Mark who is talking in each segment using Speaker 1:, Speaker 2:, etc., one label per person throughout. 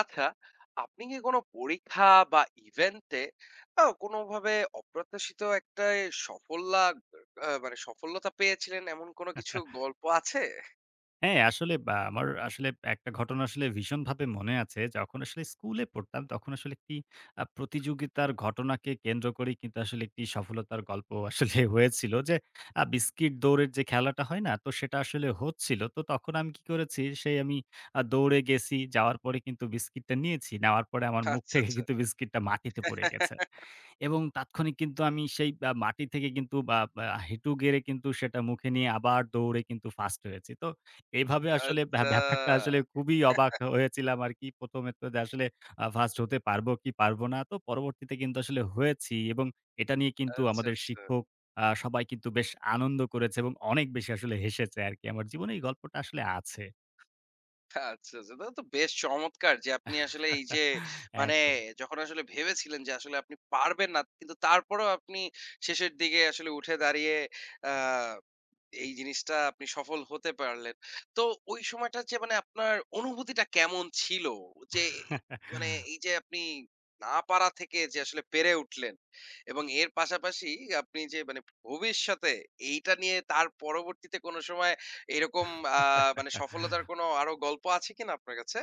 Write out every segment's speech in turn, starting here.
Speaker 1: আচ্ছা, আপনি কি কোনো পরীক্ষা বা ইভেন্টে কোনোভাবে অপ্রত্যাশিত একটা সফল্যা আ মানে সফলতা পেয়েছিলেন এমন কোনো কিছু
Speaker 2: আহ
Speaker 1: গল্প আছে?
Speaker 2: হ্যাঁ, আসলে আমার আসলে একটা ঘটনা আসলে ভীষণভাবে মনে আছে। যখন আসলে স্কুলে পড়তাম, তখন আসলে একটি প্রতিযোগিতার ঘটনাকে কেন্দ্র করেই কিন্তু আসলে একটি সফলতার গল্প আসলে হয়েছিল যে, বিস্কিট দৌড়ের যে খেলাটা হয় না? তো সেটা আসলে হচ্ছিল। তো তখন আমি কি করেছি, সেই আমি দৌড়ে গেছি, যাওয়ার পরে কিন্তু বিস্কিটটা নিয়েছি। নেওয়ার পরে আমার মুখ
Speaker 1: আচ্ছা,
Speaker 2: থেকে
Speaker 1: আচ্ছা।
Speaker 2: কিন্তু বিস্কিটটা মাটিতে পড়ে গেছে। এবং তাৎক্ষণিক কিন্তু আমি সেই মাটি থেকে কিন্তু বা বা হাঁটু গেড়ে কিন্তু সেটা মুখে নিয়ে আবার দৌড়ে কিন্তু ফার্স্ট হয়েছি। তো এভাবে
Speaker 1: আচ্ছা,
Speaker 2: আসলে ব্যা
Speaker 1: আচ্ছা,
Speaker 2: ব্যাপারটা আসলে খুবই অবাক হয়েছিলাম আরকি। ১ম এ তো যে আসলে ফার্স্ট হতে পারবো কি পারবো না। তো পরবর্তীতে কিন্তু আসলে হয়েছি এবং এটা নিয়ে কিন্তু আমাদের
Speaker 1: আচ্ছা।
Speaker 2: শিক্ষক, সবাই কিন্তু বেশ আনন্দ করেছে এবং অনেক বেশি আসলে হেসেছে আরকি। আমার জীবনে এই গল্পটা আসলে আছে।
Speaker 1: আচ্ছা, আচ্ছা। তাহলে তো বেশ চমৎকার যে আপনি আসলে এই যে মানে
Speaker 2: একদম।
Speaker 1: যখন আসলে ভেবেছিলেন যে আসলে আপনি পারবেন না, কিন্তু তারপরেও আপনি শেষের দিকে আসলে উঠে দাঁড়িয়ে আ এই জিনিসটা আপনি সফল হতে পারলেন। তো ওই সময়টা যে মানে আপনার অনুভূতিটা কেমন ছিল? যে মানে এই যে আপনি না পারা থেকে যে আসলে পেরে উঠলেন এবং এর পাশাপাশি আপনি যে মানে ভবিষ্যতে এইটা নিয়ে তার পরবর্তীতে কোনো সময় এরকম আ মানে সফলতার কোনো আরো গল্প আছে কিনা আপনার কাছে?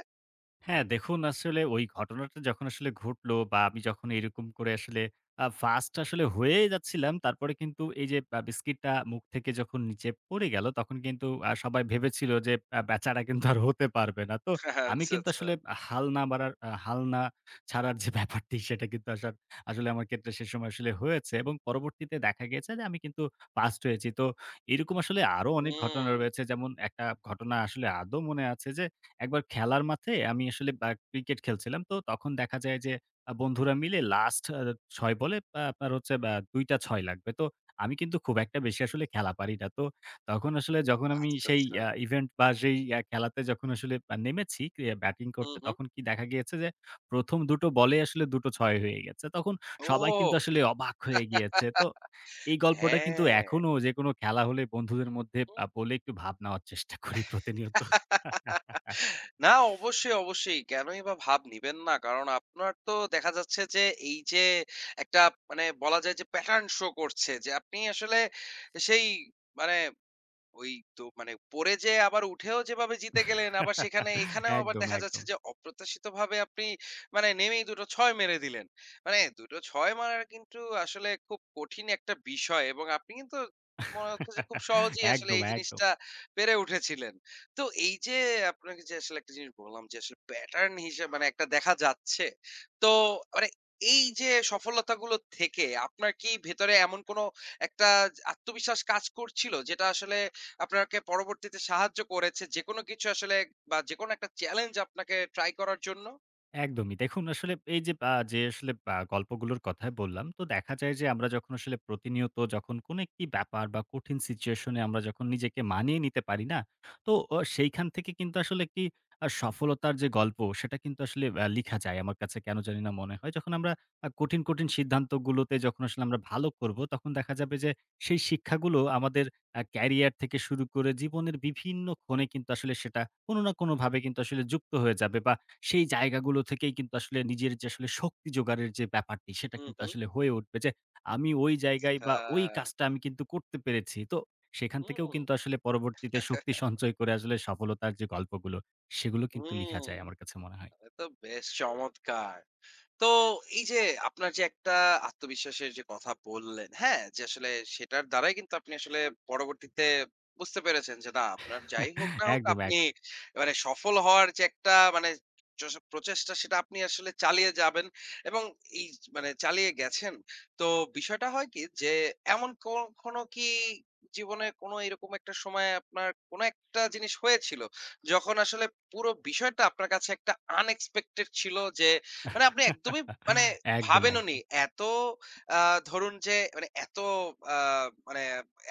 Speaker 2: হ্যাঁ, দেখুন আসলে ওই ঘটনাটা যখন আসলে ঘটলো, আমি যখন এরকম করে আসলে ফার্স্ট আসলে হয়ে যাচ্ছিলাম, তারপরে কিন্তু এই যে বিস্কিটটা মুখ থেকে যখন নিচে পড়ে গেল, তখন কিন্তু সবাই ভেবেছিল যে বেচারা কিন্তু আর হতে পারবে না। তো আমি
Speaker 1: আচ্ছা,
Speaker 2: কিন্তু
Speaker 1: আচ্ছা।
Speaker 2: আসলে হাল না ছাড়ার যে ব্যাপারটি, সেটা কিন্তু আসার আসলে আমার ক্ষেত্রে সে সময় আসলে হয়েছে এবং পরবর্তীতে দেখা গিয়েছে যে আমি কিন্তু ফার্স্ট হয়েছি। তো এরকম আসলে আরো অনেক ঘটনা
Speaker 1: হুম।
Speaker 2: রয়েছে। যেমন একটা ঘটনা আসলে আদৌ মনে আছে যে একবার খেলার মাঠে আমি আসলে ক্রিকেট খেলছিলাম। তো তখন দেখা যায় যে বন্ধুরা মিলে লাস্ট ৬ বলে আপনার হচ্ছে, ২ টা ৬ লাগবে। তো আমি কিন্তু খুব একটা বেশি আসলে খেলা পারি না। তো তখন আসলে যখন আমি
Speaker 1: আচ্ছা,
Speaker 2: সেই
Speaker 1: আচ্ছা।
Speaker 2: ইভেন্ট বা সেই খেলাতে যখন আসলে নেমেছি ক্রিয়া ব্যাটিং
Speaker 1: হুম,
Speaker 2: করতে,
Speaker 1: হুম।
Speaker 2: তখন কি দেখা গিয়েছে যে ১ম দুটো বলেই আসলে দুটো ৬ হয়ে গেছে। তখন সবাই
Speaker 1: ওহ!
Speaker 2: কিন্তু আসলে অবাক হয়ে গিয়েছে। তো এই গল্পটা কিন্তু
Speaker 1: হ্যাঁ।
Speaker 2: এখনো যেকোনো খেলা হলে বন্ধুদের মধ্যে বলে
Speaker 1: হুম।
Speaker 2: একটু ভাব নেওয়ার চেষ্টা করি প্রতিনিয়ত।
Speaker 1: না অবশ্যই, অবশ্যই। কেনই বা ভাব নিবেন না? কারণ আপনার তো দেখা যাচ্ছে যে এই যে একটা মানে বলা যায় যে প্যাটার্ন শো করছে যে আপনি আসলে সেই মানে ওই তো মানে পড়ে যেয়ে আবার উঠেও যেভাবে জিতে গেলেন, আবার সেখানে এখানেও আবার
Speaker 2: একদম,
Speaker 1: দেখা যাচ্ছে
Speaker 2: একদম।
Speaker 1: যে অপ্রত্যাশিতভাবে আপনি মানে নেমেই দুটো ৬ মেরে দিলেন। মানে দুটো ৬ মারা কিন্তু আসলে খুব কঠিন একটা বিষয় এবং আপনি কিন্তু মনে হচ্ছে যে খুব সহজেই আসলে
Speaker 2: একদম,
Speaker 1: এই
Speaker 2: একদম।
Speaker 1: জিনিসটা পেরে উঠেছিলেন। তো এই যে আপনাকে যে আসলে একটা জিনিস বললাম যে আসলে প্যাটার্ন হিসেবে মানে একটা দেখা যাচ্ছে। তো মানে এই যে সফলতাগুলো থেকে আপনার কি ভেতরে এমন কোনো একটা আত্মবিশ্বাস কাজ করছিল যেটা আসলে আপনাকে পরবর্তীতে সাহায্য করেছে যেকোনো কিছু আসলে বা যেকোনো একটা চ্যালেঞ্জ আপনাকে ট্রাই করার জন্য?
Speaker 2: একদমই। দেখুন আসলে এই যে আ যে আসলে গল্পগুলোর কথাই বললাম, তো দেখা যায় যে আমরা যখন আসলে প্রতিনিয়ত যখন কোনো একটি ব্যাপার বা কঠিন সিচুয়েশন এ আমরা যখন নিজেকে মানিয়ে নিতে পারি না, তো সেইখান থেকে কিন্তু আসলে একটি সফলতার যে গল্প সেটা কিন্তু আসলে লিখা যায়। আমার কাছে কেন জানি না মনে হয়। যখন আমরা কঠিন, কঠিন সিদ্ধান্তগুলোতে যখন আসলে আমরা ভালো করব, তখন দেখা যাবে যে সেই শিক্ষাগুলো আমাদের ক্যারিয়ার থেকে শুরু করে জীবনের বিভিন্ন ক্ষণে কিন্তু আসলে সেটা কোনো না কোনোভাবে কিন্তু আসলে যুক্ত হয়ে যাবে, বা সেই জায়গাগুলো থেকেই কিন্তু আসলে নিজের যে আসলে শক্তি জোগাড়ের যে ব্যাপারটি, সেটা
Speaker 1: হুম,
Speaker 2: কিন্তু
Speaker 1: হুম।
Speaker 2: আসলে হয়ে উঠবে যে, আমি ওই জায়গায় বা ওই
Speaker 1: হ্যাঁ।
Speaker 2: কাজটা আমি কিন্তু করতে পেরেছি। তো সেখান থেকেও
Speaker 1: হুম,
Speaker 2: কিন্তু আসলে পরবর্তীতে শক্তি সঞ্চয় করে আসলে সফলতার যে গল্পগুলো, সেগুলো কিন্তু লিখা
Speaker 1: হুম।
Speaker 2: যায় আমার কাছে মনে হয়।
Speaker 1: এটা তো বেশ হুম। চমৎকার! তো এই যে আপনার যে একটা আত্মবিশ্বাসের যে কথা বললেন, হ্যাঁ? যে আসলে সেটার দ্বারাই কিন্তু আপনি আসলে পরবর্তীতে বুঝতে পেরেছেন যে না আপনার যাই হোক না হোক
Speaker 2: একদম,
Speaker 1: আপনি
Speaker 2: একদম।
Speaker 1: মানে সফল হওয়ার যে একটা মানে প্রচেষ্টা সেটা আপনি আসলে চালিয়ে যাবেন এবং এই মানে চালিয়ে গেছেন। তো বিষয়টা হয় কি যে এমন কখনো কি জীবনে কোনো এরকম একটা সময় আপনার কোনো একটা জিনিস হয়েছিল যখন আসলে পুরো বিষয়টা আপনার কাছে একটা আনএক্সপেক্টেড ছিল যে মানে আপনি একদমই মানে
Speaker 2: একদম,
Speaker 1: ভাবেনওনি।
Speaker 2: একদম।
Speaker 1: এত আ ধরুন যে মানে এত আ মানে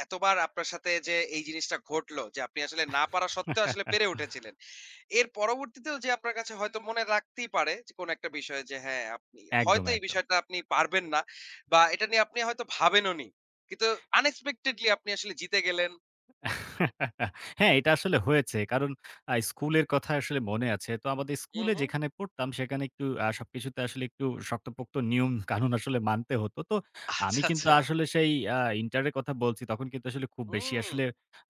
Speaker 1: এতবার আপনার সাথে যে এই জিনিসটা ঘটলো যে আপনি আসলে না পারা সত্ত্বেও আসলে পেরে উঠেছিলেন। এর পরবর্তীতেও যে আপনার কাছে হয়তো মনে রাখতেই পারে যে কোনো একটা বিষয় যে হ্যাঁ, আপনি
Speaker 2: একদম,
Speaker 1: হয়তো এই
Speaker 2: একদম।
Speaker 1: বিষয়টা আপনি পারবেন না বা এটা নিয়ে আপনি হয়তো ভাবেনওনি। কিন্তু আনএক্সপেক্টেডলি আপনি আসলে জিতে গেলেন।
Speaker 2: হ্যাঁ, এটা আসলে হয়েছে। কারণ স্কুলের কথা আসলে মনে আছে। তো আমাদের
Speaker 1: হুম,
Speaker 2: স্কুলে
Speaker 1: হুম।
Speaker 2: যেখানে পড়তাম, সেখানে একটু সবকিছুতে আসলে একটু শক্তপোক্ত নিয়ম-কানুন আসলে মানতে হতো। তো আমি
Speaker 1: আচ্ছা,
Speaker 2: কিন্তু
Speaker 1: আচ্ছা।
Speaker 2: আসলে সেই ইন্টারের কথা বলছি, তখন কিন্তু আসলে খুব বেশি
Speaker 1: হুম,
Speaker 2: আসলে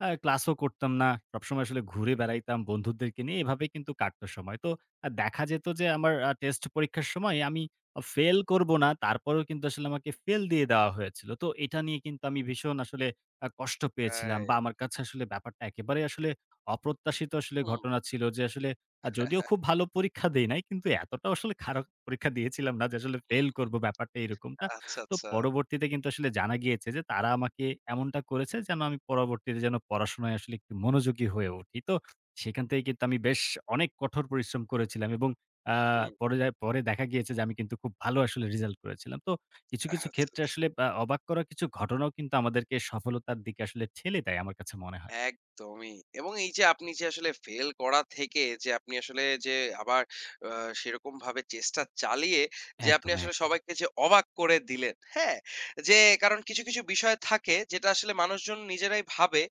Speaker 2: ক্লাসও করতাম না। সবসময় আসলে ঘুরে বেড়াইতাম বন্ধুদেরকে নিয়ে। এভাবেই কিন্তু কাটতো সময়। তো দেখা যেত যে আমার টেস্ট পরীক্ষার সময় আমি ফেইল করব না, তারপরেও কিন্তু আসলে আমাকে ফেল দিয়ে দেওয়া হয়েছিল। তো এটা নিয়ে কিন্তু আমি ভীষণ আসলে কষ্ট পেয়েছিলাম, বা
Speaker 1: রাইট।
Speaker 2: আমার কাছে আসলে ব্যাপারটা একেবারেই আসলে অপ্রত্যাশিত আসলে
Speaker 1: হুম,
Speaker 2: ঘটনা ছিল যে আসলে যদিও খুব ভালো পরীক্ষা দেই নাই, কিন্তু এতটাও আসলে খারাপ পরীক্ষা দিয়েছিলাম না যে আসলে ফেইল
Speaker 1: হুম।
Speaker 2: করব, ব্যাপারটা এরকমটা।
Speaker 1: আচ্ছা,
Speaker 2: তো
Speaker 1: আচ্ছা।
Speaker 2: পরবর্তীতে কিন্তু আসলে জানা গিয়েছে যে তারা আমাকে এমনটা করেছে যেন আমি পরবর্তীতে যেন পড়াশোনায় আসলে একটু মনোযোগী হয়ে উঠি। তো সেখান থেকে কিন্তু আমি বেশ অনেক কঠোর পরিশ্রম করেছিলাম এবং আ
Speaker 1: হুম।
Speaker 2: পরে যায় পরে দেখা গিয়েছে যে আমি কিন্তু খুব ভালো আসলে রেজাল্ট করেছিলাম। তো কিছু, কিছু ক্ষেত্রে
Speaker 1: আচ্ছা।
Speaker 2: আসলে অবাক করা কিছু ঘটনাও কিন্তু আমাদেরকে সফলতার দিকে আসলে ঠেলে দেয় আমার কাছে মনে হয়।
Speaker 1: একদমই। এবং এই যে আপনি যে আসলে ফেল করা থেকে যে আপনি আসলে যে আবার আ সেরকমভাবে চেষ্টা চালিয়ে যে আপনি
Speaker 2: একদম,
Speaker 1: আসলে
Speaker 2: একদম।
Speaker 1: সবাইকে যে অবাক করে দিলেন, হ্যাঁ? যে কারণ কিছু, কিছু বিষয় থাকে যেটা আসলে মানুষজন নিজেরাই ভাবে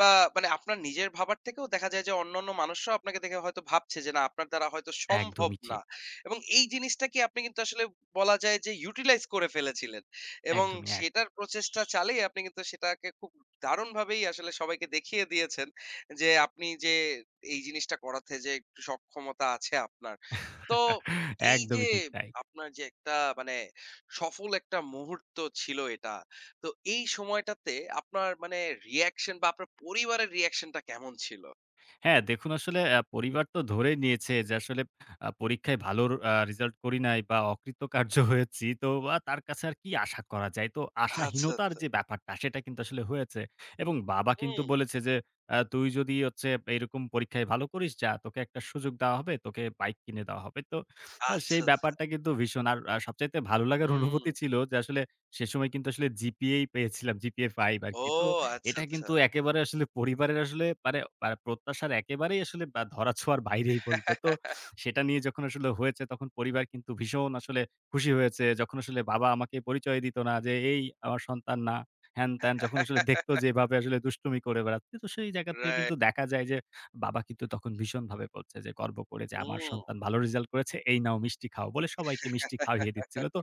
Speaker 1: বা মানে আপনার নিজের ভাবার থেকেও দেখা যায় যে অন্যান্য মানুষরাও আপনাকে দেখে হয়তো ভাবছে যে না আপনার দ্বারা হয়তো সম্ভব
Speaker 2: একদমই
Speaker 1: না।
Speaker 2: ঠিক।
Speaker 1: এবং এই জিনিসটা কি আপনি কিন্তু আসলে বলা যায় যে ইউটিলাইজ করে ফেলেছিলেন। এবং
Speaker 2: একদমই, একদম।
Speaker 1: সেটার প্রচেষ্টা চালিয়ে আপনি কিন্তু সেটাকে খুব দারুণভাবেই আসলে সবাইকে দেখিয়ে দিয়েছেন যে আপনি যে এই জিনিসটা করাতে যে একটু সক্ষমতা আছে আপনার। তো এই যে
Speaker 2: একদমই ঠিক তাই।
Speaker 1: আপনার যে একটা মানে সফল একটা মুহূর্ত ছিল এটা। তো এই সময়টাতে আপনার মানে রিঅ্যাকশন বা আপনার পরিবারের রিঅ্যাকশনটা কেমন ছিল?
Speaker 2: হ্যাঁ, দেখুন আসলে পরিবার তো ধরেই নিয়েছে যে আসলে পরীক্ষায় ভালো রেজাল্ট করি নাই বা অকৃতকার্য হয়েছি। তো তার কাছে আর কি আশা করা যায়? তো
Speaker 1: আচ্ছা,
Speaker 2: আশাহীনতার
Speaker 1: আচ্ছা।
Speaker 2: যে ব্যাপারটা সেটা কিন্তু আসলে হয়েছে। এবং বাবা কিন্তু
Speaker 1: হুম।
Speaker 2: বলেছে যে, তুই যদি হচ্ছে এরকম পরীক্ষায় ভালো করিস, যা তোকে একটা সুযোগ দেওয়া হবে, তোকে বাইক কিনে দেওয়া হবে।" তো
Speaker 1: আচ্ছা,
Speaker 2: সেই
Speaker 1: আচ্ছা।
Speaker 2: ব্যাপারটা কিন্তু ভীষণ আর সবচাইতে ভালো লাগার
Speaker 1: হুম।
Speaker 2: অনুভূতি ছিল যে আসলে সে সময় কিন্তু আসলে জিপিএই পেয়েছিলাম জিপিএ 5
Speaker 1: ও
Speaker 2: আরকি। তো
Speaker 1: আচ্ছা,
Speaker 2: এটা
Speaker 1: আচ্ছা।
Speaker 2: কিন্তু একেবারে আসলে পরিবারের আসলে মানে মানে প্রত্যাশার একেবারেই আসলে বা ধরাছোঁয়ার বাইরেই বলবো। তো সেটা নিয়ে যখন আসলে হয়েছে, তখন পরিবার কিন্তু ভীষণ আসলে খুশি হয়েছে। যখন আসলে বাবা আমাকে পরিচয় দিত না যে, "এই আমার সন্তান না।" হ্যান-ত্যান যখন আসলে দেখতো যে এভাবে আসলে দুষ্টুমি করে বেড়াচ্ছে, তো সেই জায়গা থেকে কিন্তু
Speaker 1: রাইট।
Speaker 2: দেখা যায় যে বাবা কিন্তু তখন ভীষণভাবে বলছে যে গর্ব করে যে, "আমার
Speaker 1: হুম।
Speaker 2: সন্তান ভালো রেজাল্ট করেছে। এই নাও মিষ্টি খাও।" বলে সবাইকে মিষ্টি খাইয়ে দিচ্ছিল। তো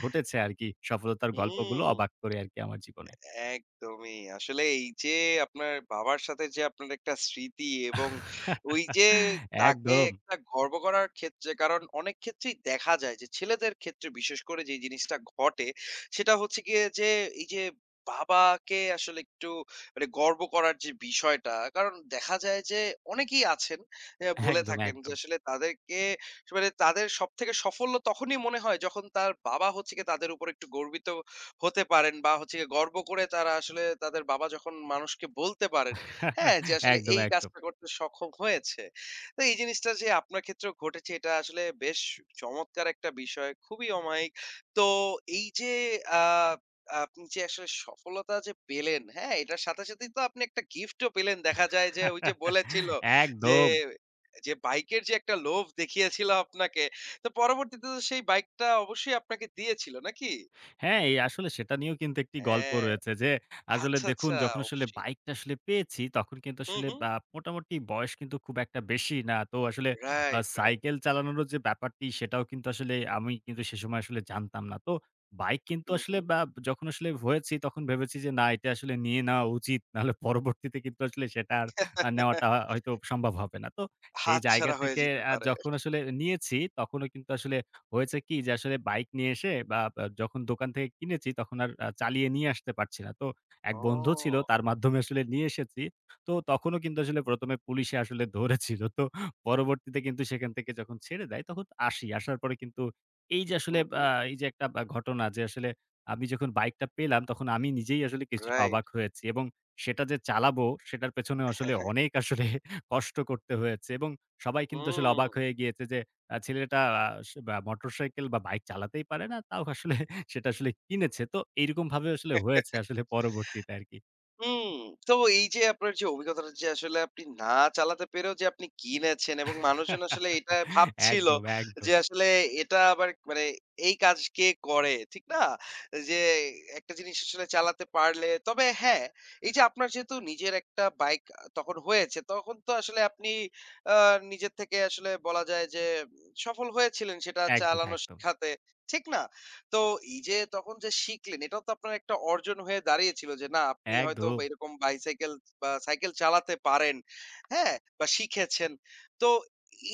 Speaker 2: ঘটেছে আরকি সফলতার গল্পগুলো
Speaker 1: হুম,
Speaker 2: অবাক করে আরকি আমার জীবনে।
Speaker 1: একদমই। আসলে এই যে আপনার বাবার সাথে যে আপনার একটা স্মৃতি এবং ওই যে তাকে
Speaker 2: একদম,
Speaker 1: একটা গর্ব করার ক্ষেত্রে কারণ অনেক ক্ষেত্রেই দেখা যায় যে ছেলেদের ক্ষেত্রে বিশেষ করে যে জিনিসটা ঘটে সেটা হচ্ছে গিয়ে যে এই যে বাবাকে আসলে একটু মানে গর্ব করার যে বিষয়টা কারণ দেখা যায় যে অনেকেই আছেন এ বলে
Speaker 2: একদম,
Speaker 1: থাকেন যে
Speaker 2: একদম।
Speaker 1: আসলে তাদেরকে মানে তাদের সবথেকে সাফল্য তখনই মনে হয় যখন তার বাবা হচ্ছে গিয়ে তাদের উপর একটু গর্বিত হতে পারেন বা হচ্ছে গিয়ে গর্ব করে তারা আসলে তাদের বাবা যখন মানুষকে বলতে পারেন, হ্যাঁ, যে আসলে
Speaker 2: একদম,
Speaker 1: এই
Speaker 2: একদম।
Speaker 1: কাজটা করতে সক্ষম হয়েছে। তো এই জিনিসটা যে আপনার ক্ষেত্রেও ঘটেছে এটা আসলে বেশ চমৎকার একটা বিষয়। খুবই অমায়িক। তো এই যে আ আপনি যে আসলে সফলতা যে পেলেন, হ্যাঁ, এটার সাথে সাথেই তো আপনি একটা গিফটও পেলেন। দেখা যায় যে ওই যে বলেছিল যে,
Speaker 2: একদম।
Speaker 1: যে বাইকের যে একটা লোভ দেখিয়েছিল আপনাকে, তো পরবর্তীতে তো সেই বাইকটা অবশ্যই আপনাকে দিয়েছিল নাকি?
Speaker 2: হ্যাঁ, এই আসলে সেটা নিয়েও কিন্তু একটি গল্প
Speaker 1: হ্যাঁ।
Speaker 2: রয়েছে যে, আসলে
Speaker 1: আচ্ছা,
Speaker 2: দেখুন
Speaker 1: আচ্ছা,
Speaker 2: যখন আসলে
Speaker 1: অবশ্যই।
Speaker 2: বাইকটা আসলে পেয়েছি, তখন কিন্তু
Speaker 1: হুম,
Speaker 2: আসলে
Speaker 1: হুম।
Speaker 2: মোটামুটি বয়স কিন্তু খুব একটা বেশি না। তো আসলে
Speaker 1: রাইট, রাইট।
Speaker 2: সাইকেল চালানোরও যে ব্যাপারটি, সেটাও কিন্তু আসলে আমি কিন্তু সে সময় আসলে জানতাম না। তো বাইক কিন্তু
Speaker 1: হুম,
Speaker 2: আসলে
Speaker 1: হুম।
Speaker 2: যখন আসলে হয়েছি, তখন ভেবেছি যে, না এটা আসলে নিয়ে নেওয়া উচিত। নাহলে পরবর্তীতে কিন্তু আসলে সেটা আর নেওয়াটা হয়তো সম্ভব হবে না। তো সেই জায়গা
Speaker 1: হাতছাড়া হয়ে
Speaker 2: থেকে
Speaker 1: যেতে পারে।
Speaker 2: যখন আসলে নিয়েছি, তখনও কিন্তু আসলে হয়েছে কি যে আসলে বাইক নিয়ে এসে, বা বা যখন দোকান থেকে কিনেছি, তখন আর চালিয়ে নিয়ে আসতে পারছি না। তো এক বন্ধু ছিল,
Speaker 1: ও!
Speaker 2: তার মাধ্যমে আসলে নিয়ে এসেছি। তো তখনও কিন্তু আসলে ১ম এ পুলিশে আসলে ধরেছিল। তো পরবর্তীতে কিন্তু সেখান থেকে যখন ছেড়ে দেয় তখন আসি। আসার পরে কিন্তু এই যে আসলে
Speaker 1: হুম, হুম।
Speaker 2: আ এই যে একটা ঘটনা যে আসলে আমি যখন বাইকটা পেলাম তখন আমি নিজেই আসলে কিছুটা
Speaker 1: রাইট।
Speaker 2: অবাক হয়েছি, এবং সেটা যে চালাবো সেটার পেছনে আসলে অনেক আসলে কষ্ট করতে হয়েছে, এবং সবাই কিন্তু আসলে
Speaker 1: হুম।
Speaker 2: অবাক হয়ে গিয়েছে যে ছেলেটা, আ সে বা মোটরসাইকেল বা বাইক চালাতেই পারে না। তাও আসলে সেটা আসলে কিনেছে। তো এইরকমভাবে আসলে হয়েছে আসলে পরবর্তীতে আরকি।
Speaker 1: হুম, তো এই যে আপনার যে অভিজ্ঞতাটা যে আসলে আপনি না চালাতে পেরেও যে আপনি কিনেছেন এবং মানুষজন আসলে এটা ভাবছিল
Speaker 2: একদম,
Speaker 1: যে
Speaker 2: একদম,
Speaker 1: আসলে এটা আবার মানে এই কাজ কে করে ঠিক না? যে একটা জিনিস আসলে চালাতে পারলে তবে হ্যাঁ, এই যে আপনার যেহেতু নিজের একটা বাইক তখন হয়েছে তখন তো আসলে আপনি আ নিজের থেকে আসলে বলা যায় যে সফল হয়েছিলেন সেটা
Speaker 2: একদম,
Speaker 1: চালানো
Speaker 2: একদম,
Speaker 1: শিখাতে, ঠিক না? তো এই যে তখন যে শিখলেন এটাও তো আপনার একটা অর্জন হয়ে দাঁড়িয়েছিল যে না আপনি হয়তো
Speaker 2: একদম,
Speaker 1: বা এরকম বাইসাইকেল বা সাইকেল চালাতে পারেন হ্যাঁ বা শিখেছেন তো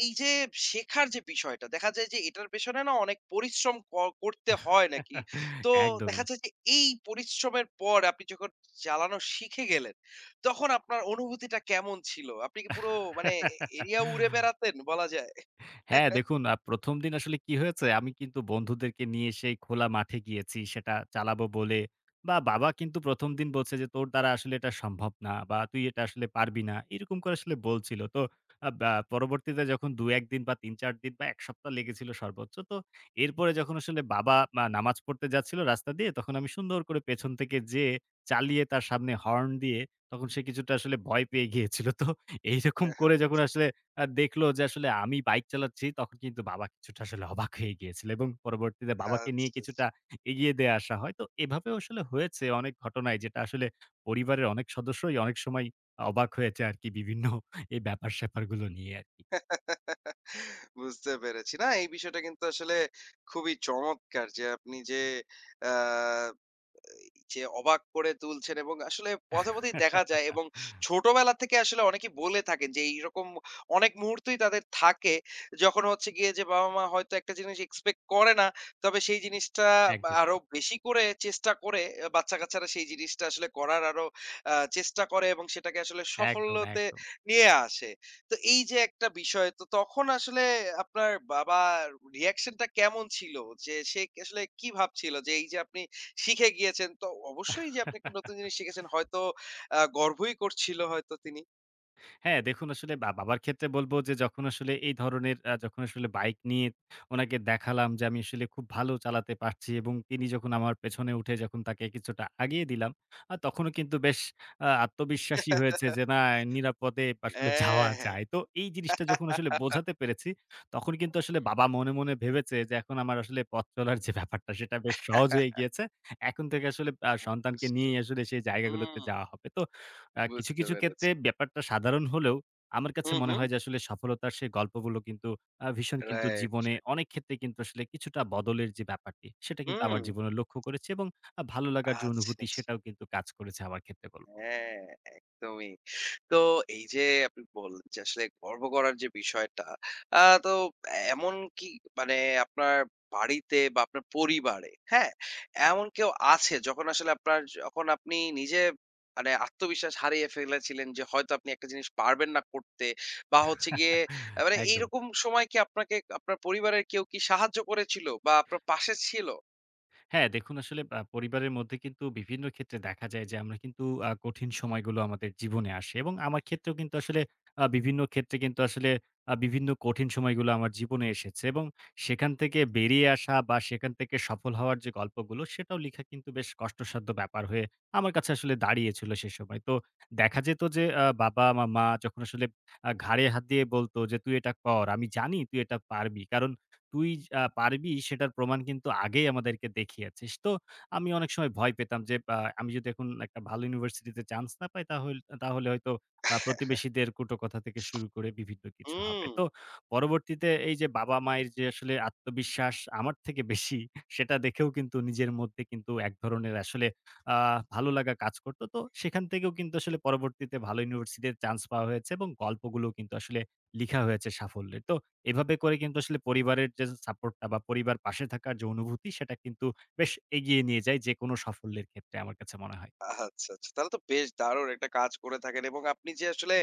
Speaker 1: এই যে শেখার যে বিষয়টা দেখা যায় যে এটার পেছনে না অনেক পরিশ্রম করতে হয় নাকি তো দেখা
Speaker 2: একদমই।
Speaker 1: যায় যে এই পরিশ্রমের পর আপনি যখন চালানো শিখে গেলেন তখন আপনার অনুভূতিটা কেমন ছিল আপনি কি পুরো মানে এরিয়া উড়ে বেড়াতেন বলা যায়?
Speaker 2: হ্যাঁ, দেখুন ১ম দিন আসলে কি হয়েছে? আমি কিন্তু বন্ধুদেরকে নিয়ে সেই খোলা মাঠে গিয়েছি সেটা চালাবো বলে, বাবা কিন্তু ১ম দিন বলছে যে, "তোর দ্বারা আসলে এটা সম্ভব না, বা তুই এটা আসলে পারবি না।" এরকম করে আসলে বলছিল। তো আ বা পরবর্তীতে যখন ২-১ দিন বা ৩-৪ দিন বা ১ সপ্তাহ লেগেছিল সর্বোচ্চ। তো এরপরে যখন আসলে বাবা মা নামাজ পড়তে যাচ্ছিল রাস্তা দিয়ে, তখন আমি সুন্দর করে পেছন থেকে যেয়ে চালিয়ে তার সামনে হর্ন দিয়ে, তখন সে কিছুটা আসলে ভয় পেয়ে গিয়েছিল। তো এইরকম করে যখন আসলে দেখলো যে আসলে আমি বাইক চালাচ্ছি, তখন কিন্তু বাবা কিছুটা আসলে অবাক হয়ে গিয়েছিল এবং পরবর্তীতে
Speaker 1: আচ্ছা,
Speaker 2: বাবাকে নিয়ে
Speaker 1: আচ্ছা,
Speaker 2: কিছুটা এগিয়ে দিয়ে আসা হয়। তো এভাবেও আসলে হয়েছে অনেক ঘটনায় যেটা আসলে পরিবারের অনেক সদস্যই অনেক সময় অবাক হয়েছে আরকি বিভিন্ন এই ব্যাপার-স্যাপারগুলো নিয়ে আরকি।
Speaker 1: বুঝতে পেরেছি। না এই বিষয়টা কিন্তু আসলে খুবই চমৎকার যে আপনি যে আ যে অবাক করে তুলছেন এবং আসলে পথে, পথেই দেখা যায় এবং ছোটবেলা থেকে আসলে অনেকেই বলে থাকেন যে এইরকম অনেক মুহূর্তই তাদের থাকে যখন হচ্ছে গিয়ে যে বাবা-মা হয়তো একটা জিনিস এক্সপেক্ট করে না। তবে সেই জিনিসটা
Speaker 2: একদম,
Speaker 1: আরো বেশি করে চেষ্টা করে বাচ্চা-কাচ্চারা সেই জিনিসটা আসলে করার আরো চেষ্টা করে এবং সেটাকে আসলে
Speaker 2: একদম,
Speaker 1: সাফল্যতে
Speaker 2: একদম।
Speaker 1: নিয়ে আসে। তো এই যে একটা বিষয় তো তখন আসলে আপনার বাবার রিঅ্যাকশনটা কেমন ছিল? যে সে আসলে কি ভাবছিল যে এই যে আপনি শিখে গিয়েছেন। তো অবশ্যই যে আপনি একটা নতুন জিনিস শিখেছেন হয়তো গর্বই করছিল হয়তো তিনি।
Speaker 2: হ্যাঁ, দেখুন আসলে বাবার ক্ষেত্রে বলব যে যখন আসলে এই ধরনের যখন আসলে বাইক নিয়ে ওনাকে দেখালাম যে আমি আসলে খুব ভালো চালাতে পারছি, এবং তিনি যখন আমার পেছনে উঠে যখন তাকে কিছুটা আগিয়ে দিলাম, তখনও কিন্তু বেশ আত্মবিশ্বাসী হয়েছে যে না, নিরাপদে আসলে
Speaker 1: হ্যাঁ,
Speaker 2: যাওয়া
Speaker 1: হ্যাঁ।
Speaker 2: যায়। তো এই জিনিসটা যখন আসলে বোঝাতে পেরেছি, তখন কিন্তু আসলে
Speaker 1: হুম।
Speaker 2: বাবা মনে, মনে ভেবেছে যে এখন আমার আসলে পথ চলার যে ব্যাপারটা সেটা বেশ সহজ হয়ে গিয়েছে। এখন থেকে আসলে সন্তানকে
Speaker 1: বুঝতে
Speaker 2: নিয়েই আসলে সেই জায়গাগুলোতে
Speaker 1: হুম,
Speaker 2: যাওয়া হবে। তো কিছু,
Speaker 1: বুঝতে
Speaker 2: কিছু ক্ষেত্রে
Speaker 1: পেরেছি।
Speaker 2: ব্যাপারটা সাধারণ হলেও আমার কাছে
Speaker 1: হুম,
Speaker 2: মনে
Speaker 1: হুম।
Speaker 2: হয় যে আসলে সফলতার সেই গল্পগুলো কিন্তু ভীষণ কিন্তু
Speaker 1: রাইট,
Speaker 2: জীবনে
Speaker 1: রাইট।
Speaker 2: অনেক ক্ষেত্রে কিন্তু আসলে কিছুটা বদলের যে ব্যাপারটি, সেটা কিন্তু
Speaker 1: হুম।
Speaker 2: আমার জীবনে লক্ষ্য করেছি, এবং ভালো লাগার যে
Speaker 1: আচ্ছা,
Speaker 2: অনুভূতি
Speaker 1: আচ্ছা।
Speaker 2: সেটাও কিন্তু কাজ করেছে আমার ক্ষেত্রে বলব।
Speaker 1: হ্যাঁ, একদমই। তো এই যে আপনি বললেন যে আসলে গর্ব করার যে বিষয়টা, আহ তো এমন কি মানে আপনার বাড়িতে বা আপনার পরিবারে, হ্যাঁ? এমন কেউ আছে যখন আসলে আপনার যখন আপনি নিজে মানে আত্মবিশ্বাস হারিয়ে ফেলেছিলেন যে হয়তো আপনি একটা জিনিস পারবেন না করতে বা হচ্ছে গিয়ে মানে
Speaker 2: একদম।
Speaker 1: এইরকম সময় কি আপনাকে আপনার পরিবারের কেউ কি সাহায্য করেছিল বা আপনার পাশে ছিল?
Speaker 2: হ্যাঁ, দেখুন আসলে পরিবারের মধ্যে কিন্তু বিভিন্ন ক্ষেত্রে দেখা যায় যে আমরা কিন্তু কঠিন সময়গুলো আমাদের জীবনে আসে, এবং আমার ক্ষেত্রেও কিন্তু আসলে বিভিন্ন ক্ষেত্রে কিন্তু আসলে বিভিন্ন কঠিন সময়গুলো আমার জীবনে এসেছে, এবং সেখান থেকে বেরিয়ে আসা বা সেখান থেকে সফল হওয়ার যে গল্পগুলো সেটাও লিখা কিন্তু বেশ কষ্টসাধ্য ব্যাপার হয়ে আমার কাছে আসলে দাঁড়িয়েছিল সে সময়। তো দেখা যেত যে বাবা, আমার মা যখন আসলে ঘাড়ে হাত দিয়ে বলত যে, "তুই এটা কর। আমি জানি তুই এটা পারবি।" কারণ তুই পারবি সেটার প্রমাণ কিন্তু আগেই আমাদেরকে দেখিয়েছিস। তো আমি অনেক সময় ভয় পেতাম যে আমি যদি এখন একটা ভালো ইউনিভার্সিটিতে চান্স না পাই তাহলে হয়তো প্রতিবেশীদের কুটো কথা থেকে শুরু করে বিভিন্ন কিছু হবে।
Speaker 1: হুম।
Speaker 2: তো পরবর্তীতে এই যে বাবা-মায়ের যে আসলে আত্মবিশ্বাস আমার থেকে বেশি, সেটা দেখেও কিন্তু নিজের মধ্যে কিন্তু এক ধরনের আসলে আ ভালো লাগা কাজ করত। তো সেখান থেকেও কিন্তু আসলে পরবর্তীতে ভালো ইউনিভার্সিটিতে চান্স পাওয়া হয়েছে, এবং গল্পগুলো কিন্তু আসলে লিখা হয়েছে সাফল্যের। তো এভাবে করে কিন্তু আসলে পরিবারের যে সাপোর্টটা বা পরিবার পাশে থাকার যে অনুভূতি সেটা কিন্তু বেশ এগিয়ে নিয়ে যায় যেকোনো সাফল্যের ক্ষেত্রে আমার কাছে মনে হয়।
Speaker 1: আচ্ছা, আচ্ছা। তাহলে তো বেশ দারুণ একটা কাজ করে থাকেন এবং আপনি যে আসলে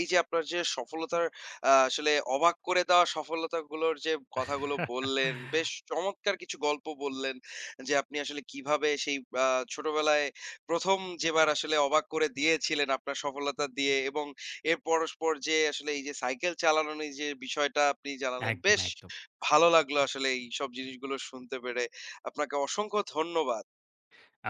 Speaker 1: এই যে আপনার যে সফলতার আসলে অবাক করে দেওয়া সফলতাগুলোর যে কথাগুলো বললেন, বেশ চমৎকার কিছু গল্প বললেন যে আপনি আসলে কিভাবে সেই আ ছোটবেলায় ১ম যেবার আসলে অবাক করে দিয়েছিলেন আপনার সফলতা দিয়ে এবং এর পরস্পর যে আসলে এই যে সাইকেল চালানোর এই যে বিষয়টা আপনি জানালেন,
Speaker 2: একদম,
Speaker 1: বেশ
Speaker 2: একদম।
Speaker 1: ভালো লাগলো আসলে এইসব জিনিসগুলো শুনতে পেরে। আপনাকে অসংখ্য ধন্যবাদ।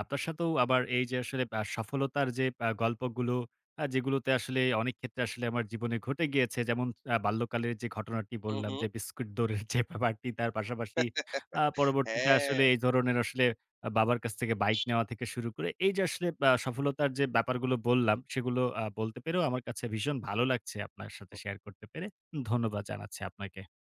Speaker 2: আপনার সাথেও আবার এই যে আসলে সফলতার যে গল্পগুলো যেগুলোতে আসলে অনেক ক্ষেত্রে আসলে আমার জীবনে ঘটে গিয়েছে। যেমন বাল্যকালের যে ঘটনাটি
Speaker 1: হু,
Speaker 2: বললাম
Speaker 1: হু।
Speaker 2: যে বিস্কুট দৌড়ের যে ব্যাপারটি, তার পাশাপাশি পরবর্তীতে
Speaker 1: হ্যাঁ।
Speaker 2: আসলে এই ধরনের আসলে বাবার কাছ থেকে বাইক নেওয়া থেকে শুরু করে এই যে আসলে সফলতার যে ব্যাপারগুলো বললাম সেগুলো বলতে পেরেও আমার কাছে ভীষণ ভালো লাগছে আপনার সাথে শেয়ার করতে পেরে। ধন্যবাদ জানাচ্ছি আপনাকে।